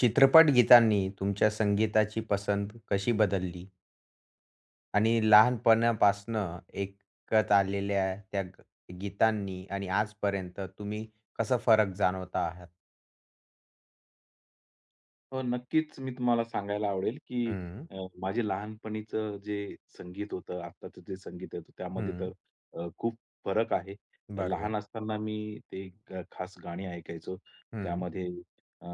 चित्रपट गीतांनी तुमच्या संगीताची पसंत कशी बदलली? आणि लहानपणापासनं ऐकत आलेल्या त्या ग गीतांनी आणि आजपर्यंत तुम्ही कसा फरक जाणवता आहात? हो, नक्कीच मी तुम्हाला सांगायला आवडेल, की हं, माझे लहानपणीचं जे संगीत होतं, आत्ताचं जे संगीत होतं त्यामध्ये हं. तर खूप फरक आहे. बरोबर. लहान असताना मी ते खास गाणी ऐकायचो. हं. त्यामध्ये अ,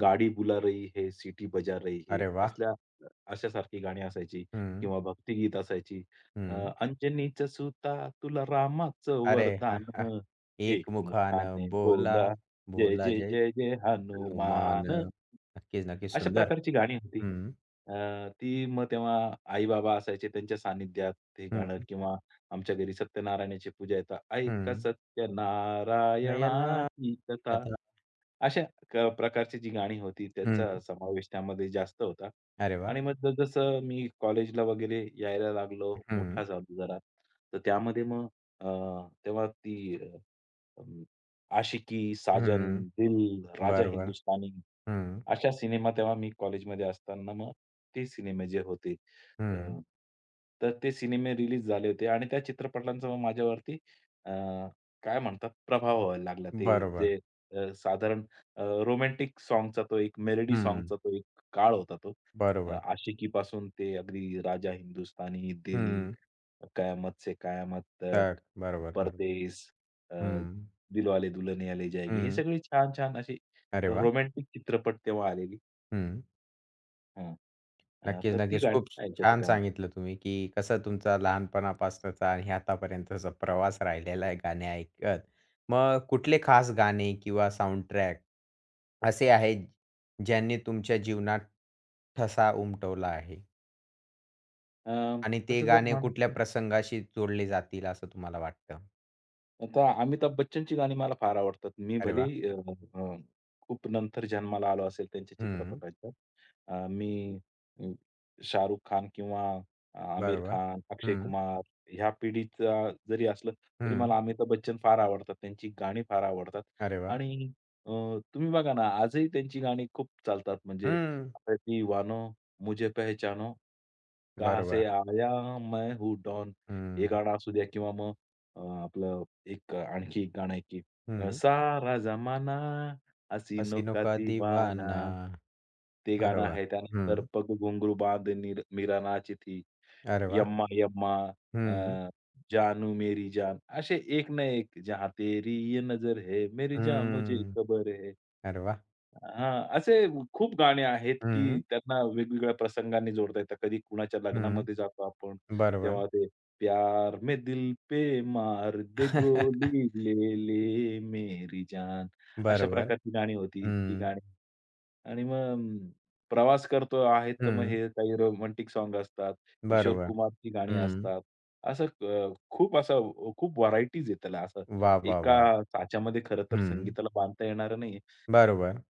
गाडी बुला रही है, सिटी बजा रही है अरे वाह! असल्या अशासारखी गाणी असायची हं, किंवा भक्तिगीत असायची. अ, हं. अंजनीचं सुता तुला रामाचं अरे हां, वरदान, हां. एक मुखाने एकमुखानं बोला, बोला जय, बोला जय, जय जय, जय हनुमान. हनुमान. नक्कीच, नक्कीच. अशा सुंदर. प्रकारची गाणी होती. हं, अ, ती मग तेव्हा आई-बाबा असायचे त्यांच्या सानिध्यात हे हं, गाणं किंवा आमच्या घरी सत्यनारायणाची पूजा आहे, तर हं. सत्यनारायणाची नयनाची कथा. कथा. अशा प्रकारची जी गाणी होती त्यांचा हं. समावेश त्यामध्ये जास्त होता. अरे वाह! आणि मग जसं मी कॉलेजला वगैरे यायला लागलो, मोठा हं, झालो जरा, तर त्यामध्ये मग अ, तेव्हा ती अं, आशिकी, साजन, हं. दिल, राजा बरोबर. हिंदुस्तानी. हं, अशा सिनेमा तेव्हा मी कॉलेजमध्ये असताना मग ते सिनेमे जे होते अ, हं. तर ते सिनेमे रिलीज झाले होते आणि त्या चित्रपटांचा मग माझ्यावरती अ, काय म्हणतात प्रभाव व्हायला लागला. ते बरोबर. जे साधारण रोमॅन्टिक सॉन्गचा तो एक मेलडी हं. सॉन्गचा तो एक काळ होता तो. बरोबर. आशिकीपासून ते अगदी राजा हिंदुस्तानी, दिल, हं. कयामत से कयामत तर तक, बरोबर, बरोबर. परदेस, अ, हं, दिलवाले दुल्हनिया ले जाएगी हे हं. सगळे छान-छान असे अरे वा, रोमॅन्टिक चित्रपट तेव्हा आलेली. हं. हां. नक्कीच, तर ती नक्कीच. गाणी खूप ऐकायचो छान तेव्हा. सांगितलं तुम्ही, की कसं तुमचा लहानपणापासूनचा आणि आतापर्यंतचा प्रवास राहिलेला आहे गाणे ऐकत. मग कुठले खास गाणे किंवा साउंडट्रॅक असे आहेत, ज्यांनी तुमच्या जीवनात ठसा उमटवला आहे? अ, आणि ते तसं जर गाणे कुठल्या म्हणाल प्रसंगाशी जोडले जातील असं तुम्हाला वाटतं? आता अमिताभ बच्चनची गाणी मला फार आवडतात. मी अरे वाह! भलेही अ, अ, खूप नंतर जन्माला आलो असेल त्यांच्या हं. चित्रपटाच्या. मी अ, शाहरुख खान किंवा आमिर बरोबर. खान, अक्षय हं, कुमार ह्या पिढीचा जरी असलं, तरी हं. मला अमिताभ बच्चन फार आवडतात. त्यांची गाणी फार आवडतात अरे वाह! आणि अ, तुम्ही बघा ना, आजही त्यांची गाणी खूप चालतात. म्हणजे हं. आता "दीवानो मुझे पहचानो, कहाँ से बरोबर. आया मैं हूँ डॉन" हे हं, गाणं असू द्या किंवा मग आपलं एक आणखी एक गाणं आहे की हं. सारा जमाना हसीनो हसीनो का का दिवाना. दीवाना. ते गाणं बरोबर. आहे. त्यानंतर हं. पग घुंगरू बांध निर मीरा नाची थी, अरे वाह! यम्मा यम्मा, हं, अ, जानू मेरी जान. असे एक ना एक जहाँ तेरी ये नजर है, मेरी जान मुझे हं. खबर है. अरे वाह! हां, असे खूप गाणे आहेत, की हं, त्यांना वेगवेगळ्या प्रसंगांनी जोडता येतात. कधी कुणाच्या हं. लग्नामध्ये जातो आपण, बरोबर. तेव्हा ते प्यार में दिल पे मार दे गोली ले ले मेरी जान. अशा बरोबर. प्रकारची गाणी होती ती हं, गाणी आणि मग प्रवास करतो आहेत, तर मग हं. हे काही रोमॅन्टिक सॉन्ग असतात. किशोर बरोबर. कुमारची गाणी हं. असतात. असं खूप असं खूप व्हरायटीज आहे त्याला. असं वाह, वाह, एका वाह! साच्यामध्ये खरं तर हं. संगीताला बांधता येणारं नाहीये, बरोबर.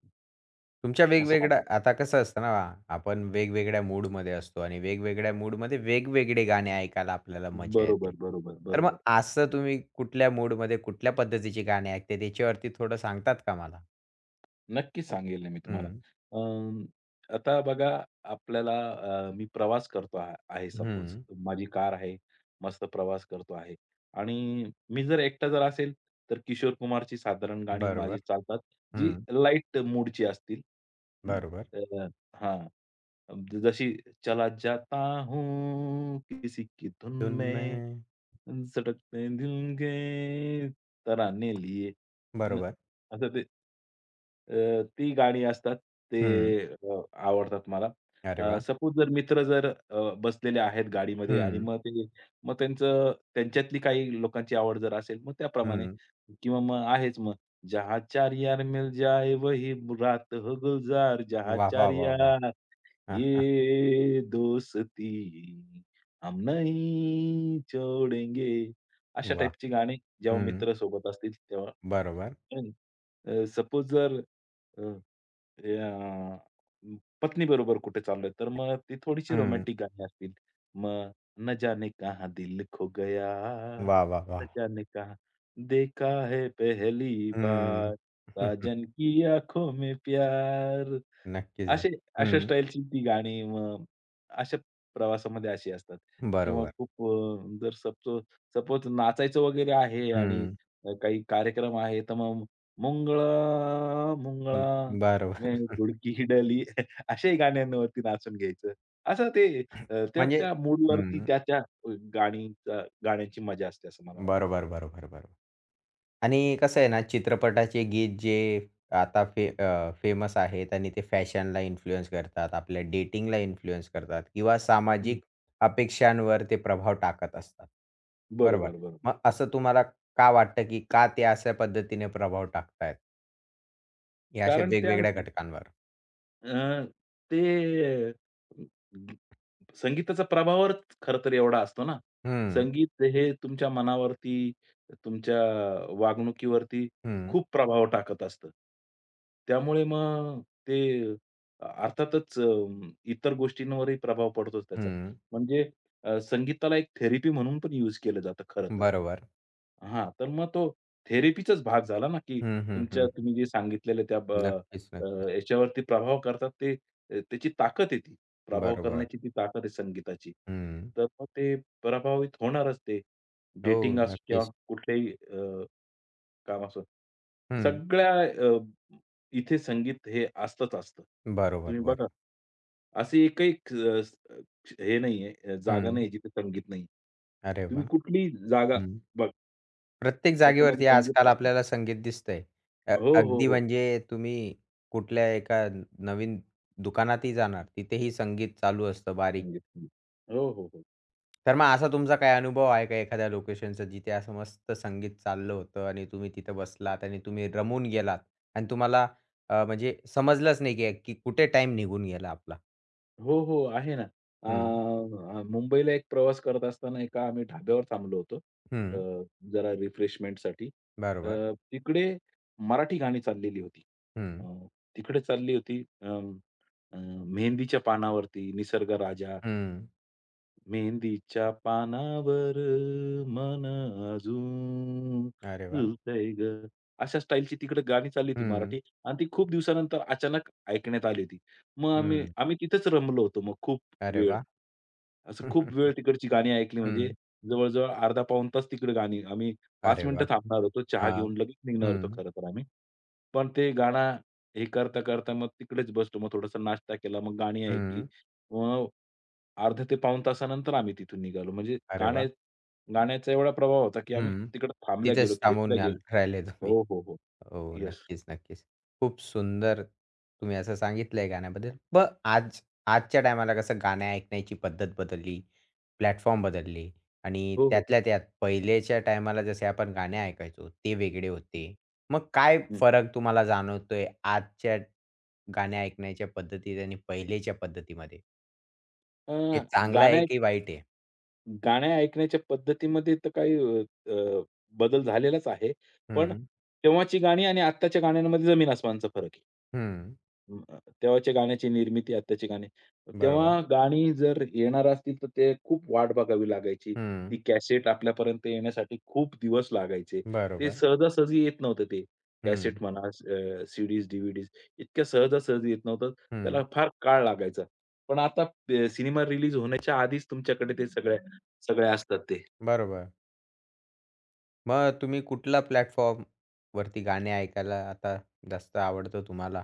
तुमच्या असं मला वेगवेगळ्या वाटतं. आता कसं असतं ना, आपण वेगवेगळ्या मूडमध्ये असतो आणि वेगवेगळ्या मूडमध्ये वेगवेगळे गाणे ऐकायला आपल्याला मजा येते. बरोबर, बरोबर, तर मग बरोबर. असं तुम्ही कुठल्या मूडमध्ये कुठल्या पद्धतीची गाणी ऐकते त्याच्यावरती थोडं सांगतात का मला? नक्कीच सांगेल ना मी तुम्हाला. हं, अं, आता बघा आपल्याला मी प्रवास करतो आहे हं. सपोज. माझी कार आहे, मस्त प्रवास करतो आहे आणि मी जर एकटा जर असेल, तर किशोर कुमारची साधारण गाणी माझी बरोबर. चालतात, जी हं. लाईट मूडची असतील. हं, बरोबर. तर हां. जशी चला जाता हूँ किसी की धुन धुन में, में सटकते दिल के तराने लिए. न बरोबर. असं ते ती गाणी असतात. ते हं. आवडतात मला. अरे वाह! सपोज जर मित्र जर बसलेले आहेत गाडीमध्ये आणि हं, मग ते मग त्यांचं त्यांच्यातली काही लोकांची आवड जर असेल, मग त्याप्रमाणे हं. किंवा मग आहेच मग. जहाँ चार यार मिल जाए वही रात हो गुलजार, जहाँ वाह, चार वाह, वाह, वाह! यार ये दोस्ती हम नहीं छोडेंगे अशा वाह! टाइपची गाणी जेव्हा हं. मित्र सोबत असतील तेव्हा. बरोबर. सपोज जर अ, अ, पत्नीबरोबर कुठे चाललोय, तर मग ती थोडीशी हं. रोमॅन्टिक गाणी असतील. मग "न जाने कहा दिल खो गया, वाह, वाह, न वाह! जाने कहा देखा है पहली हं. बार, साजन की आँखों में प्यार" नक्कीच ना. असे अशा हं. स्टाईलची ती गाणी मग अशा प्रवासामध्ये अशी असतात किंवा बरोबर. खूप जर सपोज सपोज नाचायचं वगैरे आहे आणि हं, काही कार्यक्रम आहे, तर मग मुंगळा हं, मुंगळा मैं बरोबर. धुडकी डली अशाही गाण्यांवरती नाचून घ्यायचं. असं ते त्या म्हणजे त्या मूडवरती हं, त्या त्या गाणी गाण्यांची मजा असते असं मला वाटतं. बरोबर, बरोबर, बरोबर. आणि कसं आहे ना, चित्रपटाचे गीत जे आता फेमस आहेत आणि ते फॅशनला इन्फ्लुअन्स करतात, आपल्या डेटिंगला इन्फ्लुअन्स करतात किंवा हं. सामाजिक अपेक्षांवर ते प्रभाव टाकत असतात. बरोबर. बरोबर, बरोबर. मग असं तुम्हाला का वाटतं, की का ते अशा पद्धतीने प्रभाव टाकतायत, या अशा कारण त्या वेगवेगळ्या घटकांवर? अ, ते संगीताचा प्रभावच खरं तर एवढा असतो ना. हं, संगीत हे तुमच्या मनावरती, तुमच्या वागणुकीवरती हं, खूप प्रभाव टाकत असतं. त्यामुळे मग ते अर्थातच इतर गोष्टींवरही प्रभाव पडतोच त्याचा. हं. म्हणजे संगीताला एक थेरपी म्हणून पण यूज केलं जातं खरं तर. बरोबर. हां, तर मग तो थेरपीचाच भाग झाला ना, की हं, हं, तुमच्या हं. तुम्ही जे सांगितलेल्या त्या नक्कीच, नक्कीच. याच्यावरती प्रभाव करतात ते त्याची ताकद आहे ती. प्रभाव बरोबर. करण्याची ती ताकद आहे संगीताची. हं. तर मग ते प्रभावित होणारच ते. हो, डेटिंग असो किंवा नक्कीच. कुठलेही काम असो. हं. सगळ्या इथे संगीत हे असतंच असतं. बरोबर, तुम्ही बरोबर. बघा. अशी एकही अ, हे नाहीये अ, जागा हं. नाहीये जिथे संगीत नाहीये. अरे तुम्ही वाह! कुठलीही जागा हं. बघा. प्रत्येक त्याच्यामध्ये जागेवरती संगीत आजकाल असतं. आपल्याला संगीत दिसतंय. हो, हो, अगदी हो. म्हणजे तुम्ही कुठल्या एका नवीन दुकानातही जाणार, तिथेही संगीत चालू असतं बारीक. संगीत. संगीत. हो, हो, हो. तर मग असा तुमचा काही अनुभव आहे का एखाद्या लोकेशनचा जिथे असं मस्त संगीत चाललं होतं आणि तुम्ही तिथं बसलात आणि तुम्ही रमून गेलात आणि तुम्हाला म्हणजे समजलंच नाही की, की कुठे टाईम निघून गेला आपला? हो, हो. आहे ना. अ, हं. अ, मुंबईला एक प्रवास करत असताना एका आम्ही ढाब्यावर थांबलो होतो. हं. अ, जरा रिफ्रेशमेंटसाठी. अ, बरोबर. तिकडे मराठी गाणी चाललेली होती. हं. अ, तिकडे चालली होती अ, अ, मेहंदीच्या पानावरती, निसर्ग राजा. हं. मेहंदीच्या पानावर मन अजून अरे वाह! झुलतंय गं. अशा स्टाईलची तिकडे गाणी चालली होती हं, मराठी आणि ती खूप दिवसानंतर अचानक ऐकण्यात आली होती. मग आम्ही हं. आम्ही तिथेच रमलो होतो मग खूप अरे वेळ. वाह! असं खूप हं. वेळ तिकडची गाणी ऐकली म्हणजे जवळ-जवळ अर्धा पाऊण तास तिकडे गाणी आम्ही 5 अरे मिनिटं वाह! थांबणार होतो. चहा हां. घेऊन लगेच निघणार होतो हं, खरं तर आम्ही. पण ते गाणं हे करता-करता मग तिकडेच बसलो. मग थोडासा नाश्ता केला, मग गाणी ऐकली. हं. अर्धा ते पाऊण तासानंतर आम्ही तिथून निघालो. म्हणजे अरे वाह! गाण्याचा एवढा प्रभाव होता, की आम्ही हं. तिकडे थांबल्या गेलो, तिथेच खेचल्या थांबून याल गेलो. राहिले तुम्ही. हो, हो, हो. हो. येस. नक्कीच, नक्कीच. खूप सुंदर तुम्ही असं सांगितलंय गाण्याबद्दल. मग आज आजच्या टायमाला कसं गाणे ऐकण्याची पद्धत बदलली, प्लॅटफॉर्म बदलले आणि हो, हो. त्यातल्या त्यात पहिलेच्या टायमाला जसे आपण गाणे ऐकायचो ते वेगळे हं, होते. मग काय फरक तुम्हाला जाणवतोय आजच्या गाणे ऐकण्याच्या पद्धतीत आणि पहिलेच्या पद्धतीमध्ये? अ, ते चांगलं गाण्या आहे की वाईट आहे? गाण्या ऐकण्याच्या पद्धतीमध्ये तर काही अ, अ, बदल झालेलाच आहे. पण हं, तेव्हाची गाणी आणि आत्ताच्या गाण्यांमध्ये जमीन-आसमानचा फरक आहे. हं. तेव्हाच्या गाण्याची निर्मिती, आत्ताची गाणी. बरोबर. तेव्हा गाणी जर येणार असतील, तर ते खूप वाट बघावी लागायची. ती हं. कॅसेट आपल्यापर्यंत येण्यासाठी खूप दिवस लागायचे. ते बरोबर. सहजासहजी येत नव्हतं ते. हं, कॅसेट म्हणा, सीडीज, डी-व्ही-डीज इतक्या सहजासहजी येत नव्हतं. त्याला हं. फार काळ लागायचा. पण आता सिनेमा रिलीज होण्याच्या आधीच तुमच्याकडे ते सगळ्या सगळ्या असतात ते. बरोबर. मग तुम्ही कुठला प्लॅटफॉर्म वरती गाणे ऐकायला आता जास्त आवडतं तुम्हाला?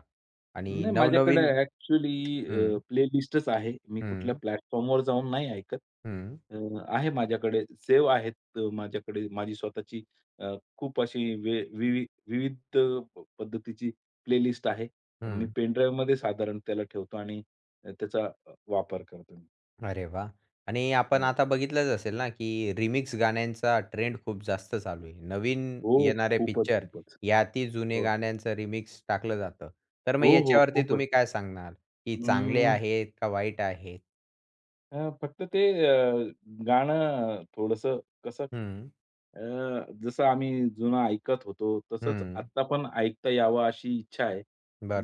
आणि नाही माझ्याकडे नवनवीन ॲक्चुअली हं, प्लेलिस्टच आहे. मी कुठल्या हं, प्लॅटफॉर्मवर जाऊन नाही ऐकत. हं, अ, आहे माझ्याकडे सेव्ह आहेत माझ्याकडे माझी स्वतःची खूप अशी वे विवि विविध पद्धतीची प्लेलिस्ट आहे. मी हं. पेन ड्राईव्हमध्ये साधारण त्याला ठेवतो आणि त्याचा वापर करतो मी. अरे वाह! आणि अ, आपण आता बघितलंच असेल ना, की रिमिक्स गाण्यांचा ट्रेंड खूप जास्त चालू आहे. नवीन हो, येणारे खूपच, पिक्चर खूपच. यातही जुने हो, गाण्यांचं रिमिक्स टाकलं जातं. तर मग हो, हो, याच्यावरती खूपच. तुम्ही काय सांगणार, की चांगले आहेत का वाईट आहेत? फक्त ते अ, गाणं थोडंसं कसं हं, अ, जसं आम्ही जुनं ऐकत होतो, तसंच हं. आत्ता पण ऐकता यावं अशी इच्छा आहे.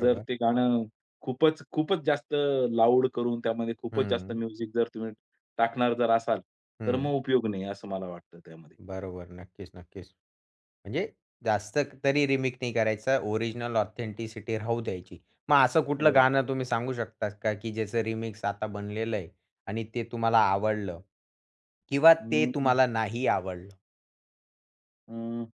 जर ते गाणं खूपच, खूपच जास्त लाऊड करून त्यामध्ये खूपच जास्त हं, म्युझिक जर तुम्ही टाकणार जर असाल, तर हं. मग उपयोग नाही असं मला वाटतं त्यामध्ये. बरोबर. नक्कीच, नक्कीच. म्हणजे जास्त तरी रिमिक नाही करायचा. ओरिजिनल ऑथेंटिसिटी राहू द्यायची. मग असं कुठलं हो. गाणं तुम्ही सांगू शकता का, की ज्याचं रिमिक्स आता बनलेलं आहे आणि ते तुम्हाला आवडलं? किंवा ते हं, तुम्हाला नाही आवडलं? हं.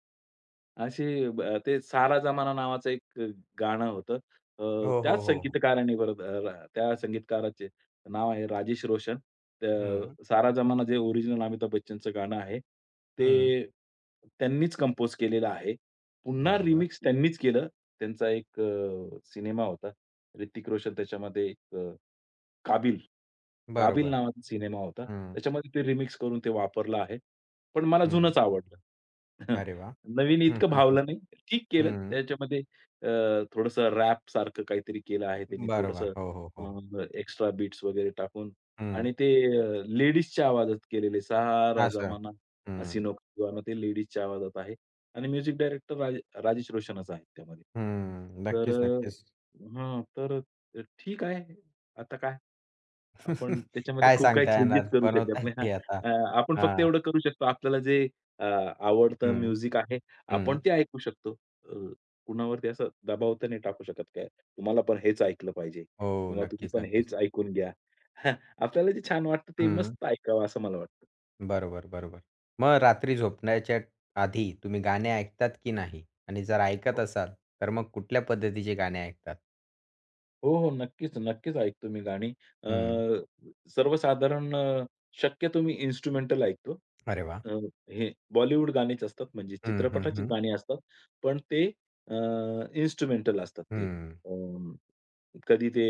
अशी ते सारा जमाना नावाचं एक गाणं होतं. हो, हो, हो, त्याच हो. संगीतकाराने बरं त्या संगीतकाराचे नाव आहे राजेश रोशन. तर हं, सारा जमाना जे ओरिजिनल अमिताभ बच्चनचं गाणं आहे, ते हं. त्यांनीच कंपोज केलेलं आहे. पुन्हा बरोबर. रिमिक्स त्यांनीच केलं. त्यांचा एक सिनेमा होता. ऋतिक रोशन त्याच्यामध्ये एक काबिल काबिल बरोबर. नावाचा सिनेमा होता. हं, त्याच्यामध्ये ते रिमिक्स करून ते वापरलं आहे. पण मला हं. जुनंच आवडलं. अरे वाह! नवीन हं, इतकं हं, हं. भावलं नाही. ठीक केलं. हं. त्याच्यामध्ये अ, थोडंसं रॅप सारखं काहीतरी केलं आहे त्यांनी. बरोबर. थोडंसं हो, हो, हो. एक्स्ट्रा बीट्स वगैरे टाकून हं. आणि ते लेडीजच्या आवाजात केलेले सारा असं. जमाना हं, हसीनो का दिवाना ते लेडीजच्या आवाजात आहे आणि म्युझिक डायरेक्टर राजेश रोशनच आहेत त्यामध्ये. हं. तर नक्कीच, नक्कीच. हां, तर ठीक आहे. आता काय? आपण त्याच्यामध्ये काय खूप काही सांगता चेंजेस येणार? करू बनवता शकत नाही. हां. येते आता. आपण फक्त हां. एवढं करू शकतो आपल्याला जे अ, आवडतं हं, म्युझिक आहे, हं. आपण ते ऐकू शकतो. अ, कुणावरती असा दबाव तर नाही टाकू शकत काय, तुम्हाला पण हेच ऐकलं पाहिजे हो. किंवा तुम्ही नक्कीच, पण नक्कीच. हेच ऐकून घ्या. आपल्याला जे छान वाटतं ते हं. मस्त ऐकावं असं मला वाटतं. बरोबर, बरोबर. मग रात्री झोपण्याच्या आधी तुम्ही गाणे ऐकतात की नाही? आणि जर ऐकत असाल, तर मग कुठल्या पद्धतीचे गाणे ऐकतात? हो, हो. नक्कीच, नक्कीच ऐकतो मी गाणी. अ, हं. सर्वसाधारण शक्यतो मी इन्स्ट्रुमेंटल ऐकतो. अरे वाह! अ, हे बॉलिवूड गाणीच असतात म्हणजे हं, हं, चित्रपटाचीच हं. गाणी असतात. पण ते अ, इन्स्ट्रुमेंटल असतात ते. हं. अ, कधी ते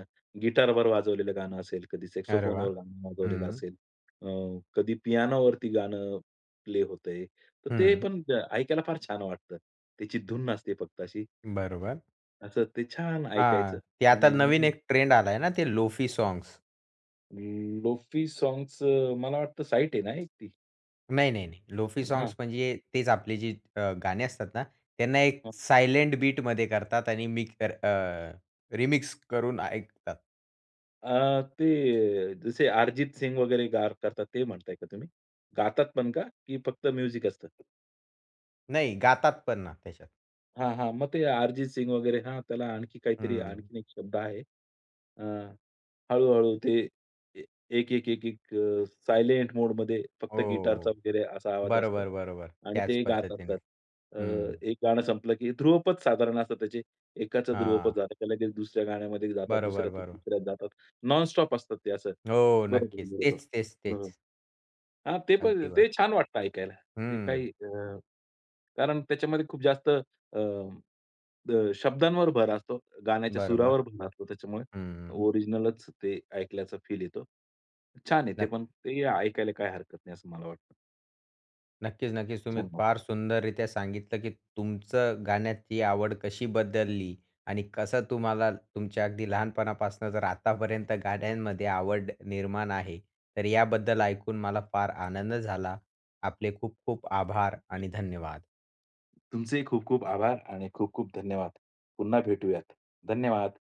गिटारवर वाजवलेलं गाणं असेल, कधी अरे वाह! सॅक्सोफोनवर गाणं हं, वाजवलेलं असेल, अ, कधी पियानोवरती गाणं प्ले होतंय. तर ते हं. पण ऐकायला फार छान वाटतं. त्याची धून असते फक्त अशी. बरोबर. असं ते छान हां. ऐकायचं. ते आता आणि नवीन मग एक ट्रेंड आलाय ना, ते लोफी सॉंग्स लोफी साँग्सचं मला वाटतं साइट आहे ना एक ती? नाही, नाही, नाही. लोफी हां, साँग्स म्हणजे तेच आपले जे गाणे असतात ना, त्यांना एक हां. सायलेंट बीटमध्ये करतात आणि मी रिमिक्स करून ऐकतात. ते जसे अरिजित सिंग वगैरे गार करतात ते म्हणताय का तुम्ही? गातात पण का? की फक्त म्युझिक असतं? नाही, गातात पण ना त्याच्यात. हां, हां. मग ते अरिजित सिंग वगैरे हां, त्याला आणखी काहीतरी हं. आणखीन एक शब्द आहे. अ हळू-हळू ते ए एक, सायलेंट मोडमध्ये फक्त गिटारचा हो. वगैरे असा आवाज असतो बरोबर, बरोबर. आणि त्याच ते गात पद्धतीने. असतात. अ, हं. एक गाणं संपलं की ध्रुवपद साधारण असतात त्याचे. एकाचं हां. ध्रुवपद झालं की लगेच दुसऱ्या गाण्यामध्ये जातात, बरोबर, दुसऱ्यातून बरोबर. तिसऱ्यात जातात. नॉन असतात ते असं. हो, बरोबर, नक्कीच. बरोबर. तेच, तेच, तेच. हो. हां, ते पण अगदी बरं. ते छान वाटतं ऐकायला. ते हं. काही कारण त्याच्यामध्ये खूप जास्त अ, द शब्दांवर भर असतो, गाण्याच्या बरोबर. सुरावर भर असतो. त्याच्यामुळे हं. ओरिजिनलच ते ऐकल्याचा फील येतो. छान आहे ते पण. ते ऐकायला काही हरकत नाही असं मला वाटतं. नक्कीच, नक्कीच. तुम्ही छान वाटतं. फार सुंदररीत्या सांगितलं, की तुमचं गाण्याची आवड कशी बदलली आणि कसं तुम्हाला तुमच्या अगदी लहानपणापासून तर आतापर्यंत गाण्यांमध्ये आवड निर्माण आहे. तर याबद्दल ऐकून मला फार आनंद झाला. आपले खूप खूप आभार आणि धन्यवाद. तुमचेही खूप खूप आभार आणि खूप खूप धन्यवाद. पुन्हा भेटूयात. धन्यवाद.